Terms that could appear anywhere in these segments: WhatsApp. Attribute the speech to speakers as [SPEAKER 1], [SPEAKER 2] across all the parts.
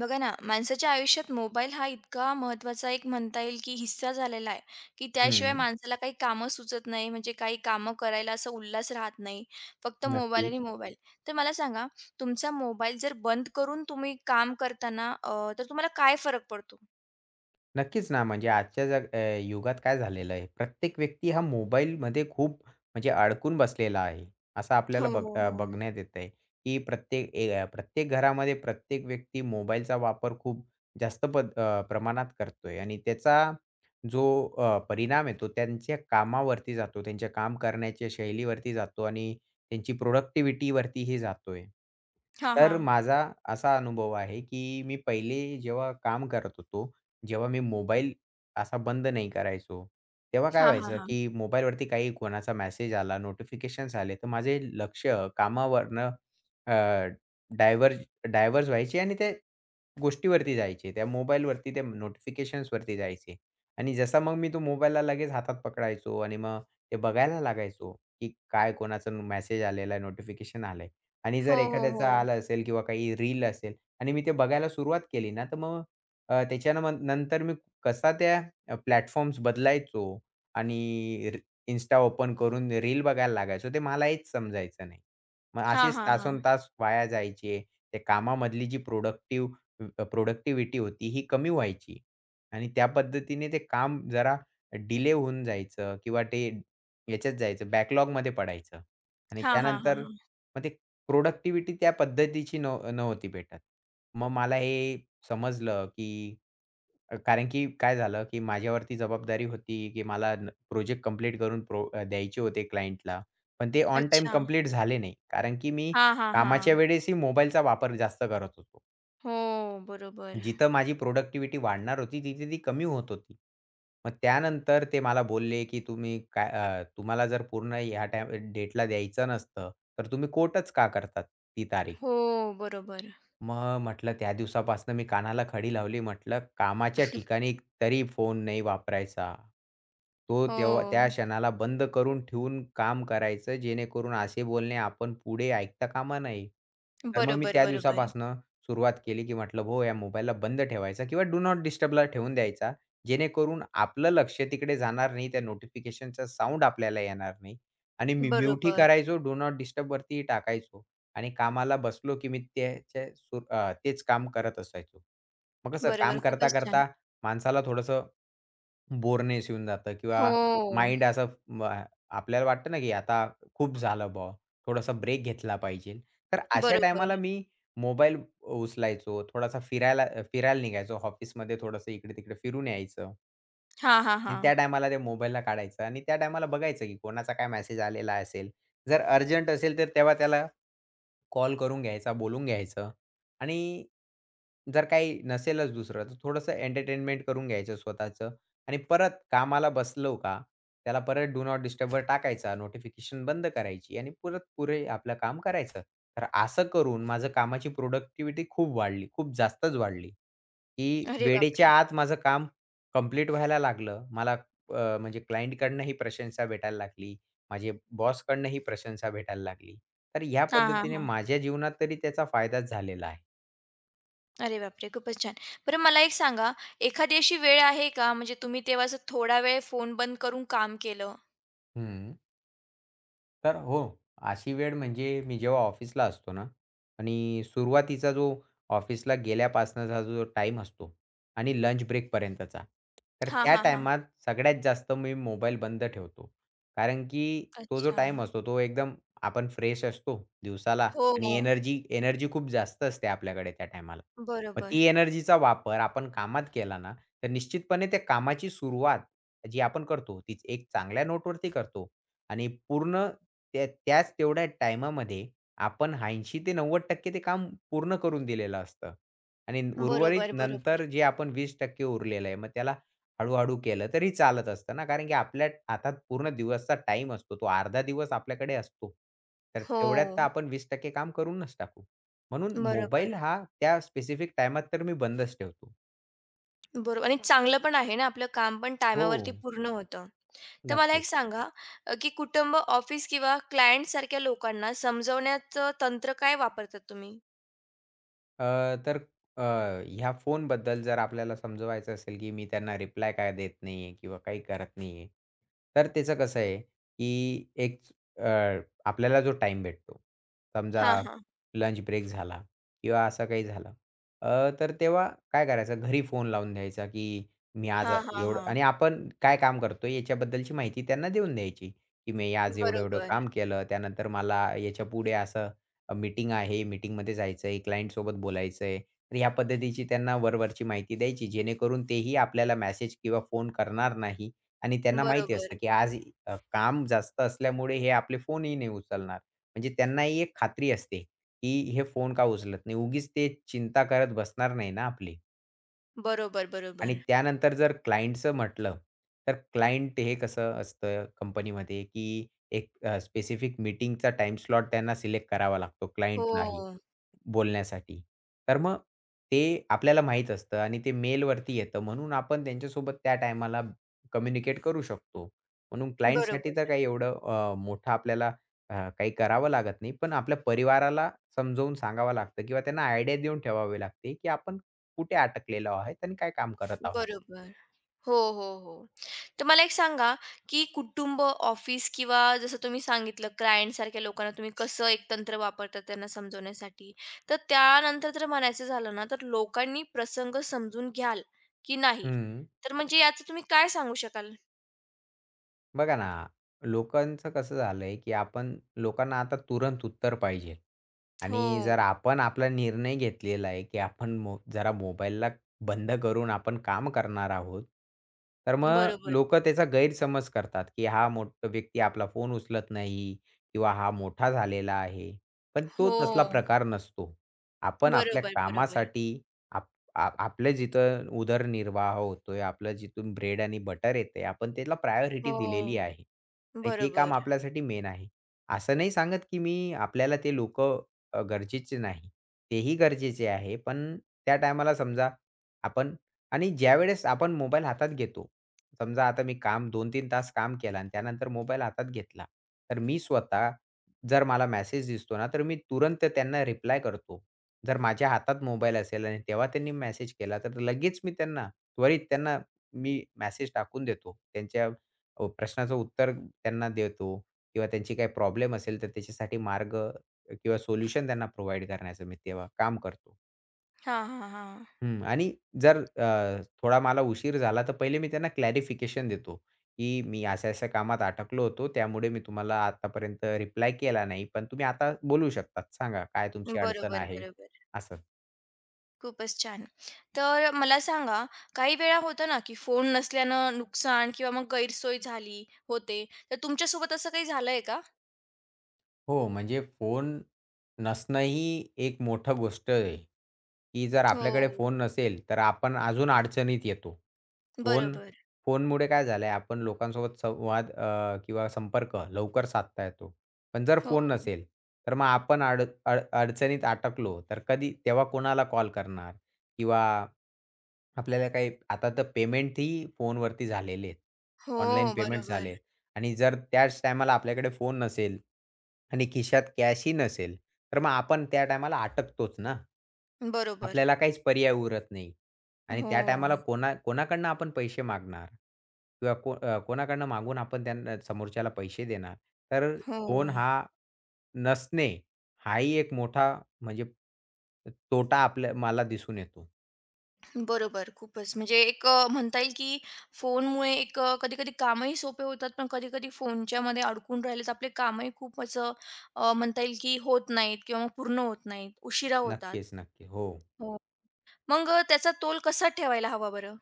[SPEAKER 1] बघा ना, माणसाच्या आयुष्यात मोबाईल हा इतका महत्त्वाचा एक म्हणता येईल, की हिस्सा झालेला आहे, की त्याशिवाय
[SPEAKER 2] हं.
[SPEAKER 1] माणसाला काही कामं सुचत नाही. म्हणजे काही कामं करायला असा उल्हास राहत नाही. फक्त मोबाईल आणि
[SPEAKER 2] नक्कीच.
[SPEAKER 1] मोबाईल. तर मला सांगा, तुमचा मोबाईल जर बंद करून तुम्ही काम करताना तर तुम्हाला काय फरक पडतो?
[SPEAKER 2] नक्कीच ना, म्हणजे आजच्या युगात काय झालेलं आहे, प्रत्येक व्यक्ती हा मोबाईलमध्ये खूप म्हणजे अडकून बसलेला आहे. असं
[SPEAKER 1] हो,
[SPEAKER 2] आपल्याला
[SPEAKER 1] हो, हो.
[SPEAKER 2] बघण्यात येतं आहे, की प्रत्येक घरामध्ये प्रत्येक व्यक्ती मोबाईलचा वापर खूप जास्त प्रमाणात करतोय आणि त्याचा जो परिणाम आहे त्यांच्या कामावरती जातो, त्यांच्या काम करण्याच्या शैलीवरती जातो आणि त्यांची प्रोडक्टिव्हिटीवरतीही जातोय.
[SPEAKER 1] हां,
[SPEAKER 2] तर
[SPEAKER 1] हां.
[SPEAKER 2] माझा असा अनुभव आहे, की मी पहिले जेव्हा काम करत होतो, जेव्हा मी मोबाईल असा बंद नाही करायचो, तेव्हा काय
[SPEAKER 1] हां, हां,
[SPEAKER 2] व्हायचं,
[SPEAKER 1] हां.
[SPEAKER 2] की मोबाईलवरती काही कोणाचा मेसेज आला, नोटिफिकेशन्स आले, तर माझे लक्ष कामावरनं डायव्हर्ज डायव्हर्ज व्हायचे आणि ते गोष्टीवरती जायचे. त्या मोबाईलवरती त्या नोटिफिकेशन्सवरती जायचे आणि जसा मग मी तो मोबाईलला लगेच हातात पकडायचो आणि मग ते बघायला लागायचो, की काय कोणाचा मेसेज आलेला आहे, नोटिफिकेशन आलंय आणि जर
[SPEAKER 1] हो, हो, हो.
[SPEAKER 2] एखाद्याचा आला असेल किंवा काही रील असेल आणि मी ते बघायला सुरुवात केली ना, तर मग त्याच्यानं मग नंतर मी कसा प्लॅटफॉर्म्स बदलायचो आणि री Insta ओपन करून रील बघायला लागायचो, ते मला हेच समजायचं नाही. मग
[SPEAKER 1] हां,
[SPEAKER 2] असेच
[SPEAKER 1] हां, हां.
[SPEAKER 2] तासोन तास वाया जायचे. त्या कामामधली जी प्रोडक्टिव्हिटी होती ही कमी व्हायची आणि त्या पद्धतीने ते काम जरा डिले होऊन जायचं किंवा ते याच्यात जायचं बॅकलॉगमध्ये पडायचं आणि
[SPEAKER 1] हां, हां, हां,
[SPEAKER 2] त्यानंतर
[SPEAKER 1] हां.
[SPEAKER 2] मग ते प्रोडक्टिव्हिटी त्या पद्धतीची नव्हती भेटत. मग मला हे समजलं, की कारण की काय झालं, की माझ्यावरती जबाबदारी होती, की मला प्रोजेक्ट कंप्लीट करून द्यायचे होते क्लायंटला. पण ते ऑन टाईम
[SPEAKER 1] अच्छा.
[SPEAKER 2] कंप्लीट झाले नाही. कारण की मी
[SPEAKER 1] हां, हां,
[SPEAKER 2] कामाच्या
[SPEAKER 1] हां.
[SPEAKER 2] वेळेसही मोबाईलचा वापर जास्त करत होतो.
[SPEAKER 1] हो, बरोबर.
[SPEAKER 2] जिथं माझी प्रोडक्टिव्हिटी वाढणार होती, तिथे ती कमी होत होती. मग त्यानंतर ते मला बोलले, की "तुम्ही तुम्हाला जर पूर्ण ह्या टाईम डेटला द्यायचं नसतं, तर तुम्ही कोटच का करतात ती तारीख?"
[SPEAKER 1] हो, बरोबर.
[SPEAKER 2] मग म्हटलं त्या दिवसापासून मी कानाला खडी लावली. म्हटलं कामाच्या ठिकाणी तरी फोन नाही वापरायचा. तो तेव्हा त्या
[SPEAKER 1] हो.
[SPEAKER 2] क्षणाला बंद करून ठेवून काम करायचं जेणेकरून असे बोलणे आपण पुढे ऐकता कामा नये. तर मग मी
[SPEAKER 1] बरोबर,
[SPEAKER 2] त्या
[SPEAKER 1] बरोबर.
[SPEAKER 2] दिवसापासून सुरुवात केली, की म्हटलं हो या मोबाईलला बंद ठेवायचा किंवा डू नॉट डिस्टर्बला ठेवून द्यायचा. जेणेकरून आपलं लक्ष तिकडे जाणार नाही. त्या नोटिफिकेशनचा साउंड आपल्याला येणार नाही आणि मी म्यूटही
[SPEAKER 1] बरोबर,
[SPEAKER 2] करायचो, डू नॉट डिस्टर्बवरतीही टाकायचो. आणि कामाला बसलो, की मी तेच काम करत असायचो. मग कसं काम
[SPEAKER 1] बरोबर. खूपच छान.
[SPEAKER 2] करता-करता माणसाला थोडंसं बोरनेस येऊन जातं किंवा
[SPEAKER 1] हो,
[SPEAKER 2] माइंड असं म आपल्याला वाटतं ना, की आता खूप झालं बुवा, थोडासा ब्रेक घेतला पाहिजे. तर अशा
[SPEAKER 1] बरोबर.
[SPEAKER 2] टायमाला मी मोबाईल उचलायचो, थोडासा फिरायला फिरायला निघायचो. ऑफिसमध्ये थोडंसं इकडे-तिकडे फिरून यायचं
[SPEAKER 1] हां, हां,
[SPEAKER 2] आणि
[SPEAKER 1] हां.
[SPEAKER 2] त्या टायमाला त्या मोबाईलला काढायचं आणि त्या टायमाला बघायचं, की कोणाचा काय मेसेज आलेला असेल. जर अर्जंट असेल, तर तेव्हा त्याला कॉल करून घ्यायचा, बोलून घ्यायचं आणि जर काही नसेलच दुसरं, तर थोडंसं एंटरटेनमेंट करून घ्यायचं स्वतःचं आणि परत कामाला बसलो का, त्याला परत डू नॉट डिस्टर्बवर टाकायचा, नोटिफिकेशन बंद करायची आणि परत पुरे आपलं काम करायचं. तर असं करून माझं कामाची प्रोडक्टिव्हिटी खूप वाढली, खूप जास्तच वाढली, की
[SPEAKER 1] अरे
[SPEAKER 2] वेळेच्या
[SPEAKER 1] बापरे!
[SPEAKER 2] आत माझं काम कंप्लीट व्हायला लागलं. मला म्हणजे क्लायंटकडनंही प्रशंसा भेटायला लागली. माझे बॉसकडनं ही प्रशंसा भेटायला लागली. तर ह्या
[SPEAKER 1] हां, हां,
[SPEAKER 2] पद्धतीने
[SPEAKER 1] हां.
[SPEAKER 2] माझ्या जीवनात तरी त्याचा फायदाच झालेला आहे.
[SPEAKER 1] अरे बापरे! खूपच छान. बरं मला एक सांगा, एखादी अशी वेळ आहे का म्हणजे तुम्ही तेव्हा असं थोडा वेळ फोन बंद करून काम केलं?
[SPEAKER 2] हं. तर हो, अशी वेळ म्हणजे मी जेव्हा ऑफिसला असतो ना आणि सुरुवातीचा जो ऑफिसला गेल्यापासनचा जो टाईम असतो आणि लंच ब्रेकपर्यंतचा, तर
[SPEAKER 1] हां,
[SPEAKER 2] त्या
[SPEAKER 1] हां, हां.
[SPEAKER 2] टाईमात सगळ्यात जास्त मी मोबाईल बंद ठेवतो. कारण की तो जो
[SPEAKER 1] अच्छा.
[SPEAKER 2] टाईम असतो तो एकदम आपण फ्रेश असतो दिवसाला
[SPEAKER 1] हो,
[SPEAKER 2] आणि एनर्जी एनर्जी खूप जास्त असते आपल्याकडे त्या टायमाला. मग
[SPEAKER 1] बरोबर.
[SPEAKER 2] ती एनर्जीचा वापर आपण कामात केला ना, तर निश्चितपणे त्या कामाची सुरुवात जी आपण करतो, ती एक चांगल्या नोटवरती करतो. आणि पूर्ण त्या त्याच तेवढ्या टाईमामध्ये आपण 80% ते 90% ते काम पूर्ण करून दिलेलं असतं. आणि उर्वरित
[SPEAKER 1] बरोबर,
[SPEAKER 2] नंतर
[SPEAKER 1] बरोबर.
[SPEAKER 2] जे आपण 20% उरलेलं आहे, मग त्याला हळू-हळू केलं तरी चालत असतं ना, कारण की आपल्या हातात पूर्ण दिवसचा टाईम असतो. तो अर्धा दिवस आपल्याकडे असतो. तर
[SPEAKER 1] हो,
[SPEAKER 2] तेवढ्यात तर आपण 20% काम करूनच टाकू. म्हणून
[SPEAKER 1] बरोबर.
[SPEAKER 2] मोबाईल हा त्या स्पेसिफिक टाईमात तर मी बंदच ठेवतो.
[SPEAKER 1] बरोबर आणि चांगलं पण आहे ना, आपलं काम पण
[SPEAKER 2] हो,
[SPEAKER 1] टायमावरती पूर्ण होतं. तर मला एक
[SPEAKER 2] नक्कीच.
[SPEAKER 1] सांगा, की कुटुंब, ऑफिस किंवा क्लायंटसारख्या लोकांना समजवण्याचं तंत्र काय वापरतात तुम्ही?
[SPEAKER 2] अ, तर अ, ह्या फोनबद्दल जर आपल्याला समजवायचं असेल, की मी त्यांना रिप्लाय का देत नाही आहे किंवा काही करत नाही आहे. तर त्याचं कसं आहे, की अ, आपल्याला जो टाईम भेटतो, समजा
[SPEAKER 1] हां, हां.
[SPEAKER 2] लंच ब्रेक झाला किंवा असं काही झालं. तर तेव्हा काय करायचं घरी फोन लावून द्यायचा, की मी आज
[SPEAKER 1] हां, हां,
[SPEAKER 2] एवढं
[SPEAKER 1] हां.
[SPEAKER 2] आणि आपण काय काम करतोय याच्याबद्दलची माहिती त्यांना देऊन द्यायची, की मी आज एवढं-एवढं
[SPEAKER 1] बरोबर,
[SPEAKER 2] काम केलं. त्यानंतर मला याच्यापुढे असं मीटिंग आहे, मीटिंगमध्ये जायचं आहे, क्लायंटसोबत बोलायचं आहे. तर ह्या पद्धतीची त्यांना वरवरची माहिती द्यायची, जेणेकरून तेही आपल्याला मेसेज किंवा फोन करणार नाही आणि त्यांना माहिती
[SPEAKER 1] बरोबर,
[SPEAKER 2] असतं, की आज काम जास्त असल्यामुळे हे आपले फोनही नाही उचलणार. म्हणजे त्यांनाही एक खात्री असते, की हे फोन का उचलत नाही. उगीच ते चिंता करत बसणार नाही ना आपली.
[SPEAKER 1] बरोबर,
[SPEAKER 2] आणि
[SPEAKER 1] बरोबर.
[SPEAKER 2] त्यानंतर जर क्लायंटचं म्हटलं, तर क्लायंट हे कसं असतं कंपनीमध्ये, की एक स्पेसिफिक मीटिंगचा टाईम स्लॉट त्यांना सिलेक्ट करावा लागतो क्लायंटलाही.
[SPEAKER 1] हो,
[SPEAKER 2] बोलण्यासाठी. तर मग ते आपल्याला माहीत असतं आणि ते मेलवरती येतं म्हणून आपण त्यांच्यासोबत त्या टायमाला कम्युनिकेट करू शकतो. म्हणून क्लायंटसाठी तर
[SPEAKER 1] बरोबर.
[SPEAKER 2] काही एवढं मोठं आपल्याला काही करावं लागत नाही. पण आपल्या परिवाराला समजावून सांगावं लागतं किंवा त्यांना आयडिया देऊन ठेवावी लागते, की आपण कुठे अटकलेलो आहोत आणि काय काम करत आहोत.
[SPEAKER 1] बरोबर. हो, हो, हो. तर मला एक सांगा, की कुटुंब, ऑफिस किंवा जसं तुम्ही सांगितलं क्लायंटसारख्या लोकांना तुम्ही कसं एक तंत्र वापरता त्यांना समजवण्यासाठी. तर त्यानंतर जर म्हणायचं झालं ना, तर लोकांनी प्रसंग समजून घ्याल की नाही?
[SPEAKER 2] हं.
[SPEAKER 1] तर म्हणजे याचं तुम्ही काय सांगू शकाल?
[SPEAKER 2] बघा ना, लोकांचं कसं झालंय, की आपण लोकांना आता तुरंत उत्तर पाहिजे आणि जर
[SPEAKER 1] हो.
[SPEAKER 2] आपण आपला निर्णय घेतलेला आहे, की आपण जरा मोबाईलला बंद करून आपण काम करणार आहोत. तर मग
[SPEAKER 1] बरोबर.
[SPEAKER 2] लोकं त्याचा गैरसमज करतात, की हा मोठा व्यक्ती आपला फोन उचलत नाही किंवा हा मोठा झालेला आहे. पण तो
[SPEAKER 1] हो.
[SPEAKER 2] तसला प्रकार नसतो. आपण आपल्या
[SPEAKER 1] बरोबर, बरोबर.
[SPEAKER 2] कामासाठी, आपलं जिथं उदरनिर्वाह होतोय, आपलं जिथून ब्रेड आणि बटर येतंय, आपण त्याला प्रायोरिटी
[SPEAKER 1] हो.
[SPEAKER 2] दिलेली आहे आणि ते काम
[SPEAKER 1] बरोबर.
[SPEAKER 2] आपल्यासाठी मेन आहे. असं नाही सांगत, की मी आपल्याला ते लोकं गरजेचे नाही. तेही गरजेचे आहे, पण त्या टायमाला समजा आपण आणि ज्यावेळेस आपण मोबाईल हातात घेतो, समजा आता मी काम 2-3 तास काम केलं आणि त्यानंतर मोबाईल हातात घेतला, तर मी स्वतः जर मला मेसेज दिसतो ना, तर मी तुरंत त्यांना रिप्लाय करतो. जर माझ्या हातात मोबाईल असेल आणि तेव्हा त्यांनी मेसेज केला, तर लगेच मी त्यांना त्वरित त्यांना मी मेसेज टाकून देतो. त्यांच्या प्रश्नाचं उत्तर त्यांना देतो किंवा त्यांची काही प्रॉब्लेम असेल, तर त्याच्यासाठी मार्ग किंवा सोल्युशन त्यांना प्रोव्हाईड करण्याचं मी तेव्हा काम करतो.
[SPEAKER 1] हां, हां, हां.
[SPEAKER 2] हं. आणि जर थोडा मला उशीर झाला, तर पहिले मी त्यांना क्लॅरिफिकेशन देतो, की मी अशा-अशा कामात अटकलो होतो, त्यामुळे मी तुम्हाला आतापर्यंत रिप्लाय केला नाही. पण तुम्ही आता बोलू शकतात. सांगा काय तुमची अडचण
[SPEAKER 1] बरोबर,
[SPEAKER 2] आहे?
[SPEAKER 1] बरोबर.
[SPEAKER 2] असं.
[SPEAKER 1] खूपच छान. तर मला सांगा, काही वेळा होतं ना, की फोन नसल्यानं नुकसान किंवा मग गैरसोय झाली होते. तर तुमच्यासोबत असं काही झालंय का?
[SPEAKER 2] हो, म्हणजे फोन नसणं ही एक मोठी गोष्ट आहे, की जर
[SPEAKER 1] हो.
[SPEAKER 2] आपल्याकडे फोन नसेल, तर आपण अजून अडचणीत येतो. फोन
[SPEAKER 1] बरोबर.
[SPEAKER 2] फोनमुळे काय झालंय, आपण लोकांसोबत संवाद किंवा संपर्क लवकर साधता येतो. पण जर फोन
[SPEAKER 1] हो.
[SPEAKER 2] नसेल, तर मग आपण अड अड अडचणीत अटकलो, तर कधी तेव्हा कोणाला कॉल करणार? किंवा आपल्याला काही आता तर पेमेंटही फोनवरती झालेले आहेत. ऑनलाईन
[SPEAKER 1] हो,
[SPEAKER 2] पेमेंट झाले
[SPEAKER 1] बरोबर.
[SPEAKER 2] आणि जर त्याच टायमाला आपल्याकडे फोन नसेल आणि खिशात कॅशही नसेल, तर मग आपण त्या टायमाला अटकतोच ना.
[SPEAKER 1] बरोबर.
[SPEAKER 2] आपल्याला काहीच पर्याय उरत नाही आणि
[SPEAKER 1] हो,
[SPEAKER 2] त्या टायमाला कोणा कोणाकडनं आपण पैसे मागणार? किंवा कोणाकडनं मागून आपण त्यांना समोरच्याला पैसे देणार? तर
[SPEAKER 1] हो.
[SPEAKER 2] फोन हा नसणे हाही एक मोठा म्हणजे तोटा आपल्या मला दिसून येतो.
[SPEAKER 1] बरोबर. खूपच म्हणजे एक म्हणता येईल, की फोनमुळे एक कधी-कधी कामही सोपे होतात, पण कधी-कधी फोनच्यामध्ये अडकून राहिले तर आपले कामही खूपच म्हणता येईल, की होत नाहीत किंवा मग पूर्ण होत नाहीत, उशिरा होतात.
[SPEAKER 2] नक्कीच, नक्की. हो.
[SPEAKER 1] हो. मग त्याचा तोल कसा ठेवायला हवा बरं?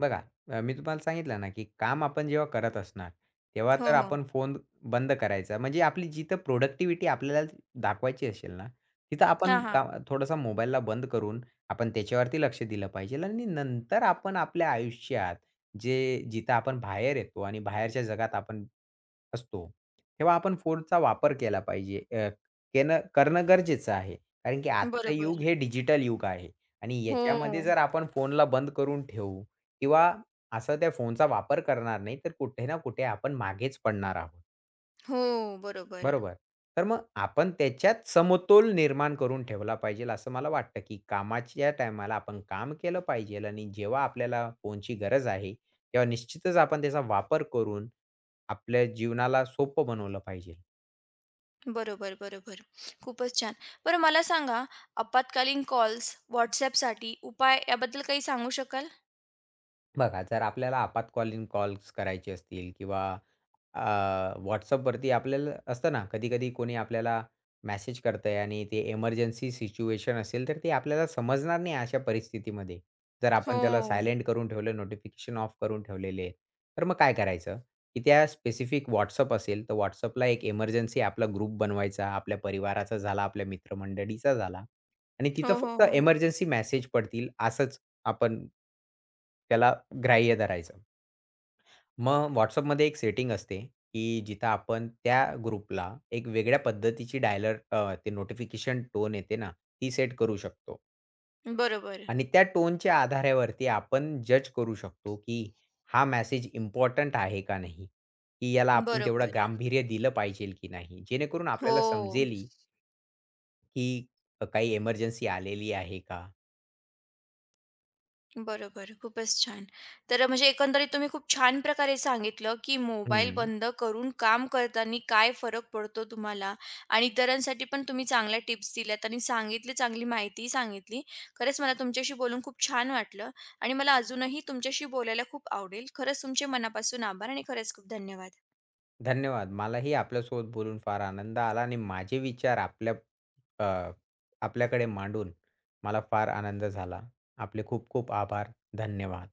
[SPEAKER 2] बघा, मी तुम्हाला सांगितलं ना, की काम आपण जेव्हा करत असणार, तेव्हा
[SPEAKER 1] हो,
[SPEAKER 2] तर
[SPEAKER 1] हो.
[SPEAKER 2] आपण फोन बंद करायचा. म्हणजे आपली जिथं प्रोडक्टिव्हिटी आपल्याला दाखवायची असेल ना, तिथं आपण
[SPEAKER 1] हां, हां.
[SPEAKER 2] का थोडासा मोबाईलला बंद करून आपण त्याच्यावरती लक्ष दिलं पाहिजे आणि नंतर आपण आपल्या आयुष्यात जे जिथं आपण बाहेर येतो आणि बाहेरच्या जगात आपण असतो, तेव्हा आपण फोनचा वापर केला पाहिजे. केनं करणं गरजेचं आहे. कारण की आजचं युग
[SPEAKER 1] बरोबर.
[SPEAKER 2] हे डिजिटल युग आहे आणि याच्यामध्ये
[SPEAKER 1] हो,
[SPEAKER 2] जर आपण फोनला बंद करून ठेवू किंवा असा त्या फोनचा वापर करणार नाही, तर कुठे ना कुठे आपण मागेच पडणार आहोत.
[SPEAKER 1] हो. बरोबर,
[SPEAKER 2] बरोबर. तर मग आपण त्याच्यात समतोल निर्माण करून ठेवला पाहिजेल असं मला वाटतं, की कामाच्या टायमाला आपण काम केलं पाहिजेल आणि जेव्हा आपल्याला फोनची गरज आहे, तेव्हा निश्चितच आपण त्याचा वापर करून आपल्या जीवनाला सोपं बनवलं पाहिजेल.
[SPEAKER 1] बरोबर, बरोबर. खूपच छान. बरं मला सांगा आपत्कालीन कॉल्स WhatsAppसाठी उपाय याबद्दल काही सांगू शकाल?
[SPEAKER 2] बघा, जर आपल्याला आपातकालीन कॉल्स करायचे असतील किंवा अ, WhatsAppवरती आपल्याला असतं ना, कधी-कधी कोणी आपल्याला मेसेज करतंय आणि ते इमर्जन्सी सिच्युएशन असेल, तर ते आपल्याला समजणार नाही अशा परिस्थितीमध्ये. जर आपण त्याला
[SPEAKER 1] हो.
[SPEAKER 2] सायलेंट करून ठेवलं, नोटिफिकेशन ऑफ करून ठेवलेले आहेत, तर मग काय करायचं, की त्या स्पेसिफिक WhatsApp असेल, तर WhatsAppला एक इमर्जन्सी आपला ग्रुप बनवायचा, आपल्या परिवाराचा झाला, आपल्या मित्रमंडळीचा झाला आणि तिथं
[SPEAKER 1] हो, हो,
[SPEAKER 2] फक्त
[SPEAKER 1] हो.
[SPEAKER 2] इमर्जन्सी मेसेज पडतील असंच आपण त्याला ग्राह्य धरायचं. मग WhatsAppमध्ये एक सेटिंग असते, की जिथं आपण त्या ग्रुपला एक वेगळ्या पद्धतीची ते नोटिफिकेशन टोन येते ना, ती सेट करू शकतो.
[SPEAKER 1] बरोबर,
[SPEAKER 2] आणि त्या टोनच्या आधारावरती आपण जज करू शकतो, की हा मेसेज इम्पोर्टंट आहे का नाही? की याला आपण तेवढं
[SPEAKER 1] बरोबर.
[SPEAKER 2] गांभीर्य दिलं पाहिजे की नाही? जेणेकरून आपल्याला
[SPEAKER 1] हो.
[SPEAKER 2] समजेल, की काही इमर्जन्सी आलेली आहे का?
[SPEAKER 1] बरोबर. खूपच छान. तर म्हणजे एकंदरीत तुम्ही खूप छान प्रकारे सांगितलं, की मोबाईल
[SPEAKER 2] हं.
[SPEAKER 1] बंद करून काम करताना काय फरक पडतो तुम्हाला आणि इतरांसाठी पण तुम्ही चांगल्या टिप्स दिल्यात आणि सांगितली, चांगली माहितीही सांगितली. खरंच मला तुमच्याशी बोलून खूप छान वाटलं आणि मला अजूनही तुमच्याशी बोलायला खूप आवडेल. खरंच तुमचे मनापासून आभार आणि खरंच खूप धन्यवाद.
[SPEAKER 2] धन्यवाद. मलाही आपल्यासोबत बोलून फार आनंद आला आणि माझे विचार अ, आपल्याकडे मांडून मला फार आनंद झाला. आपले खूप खूप आभार. धन्यवाद.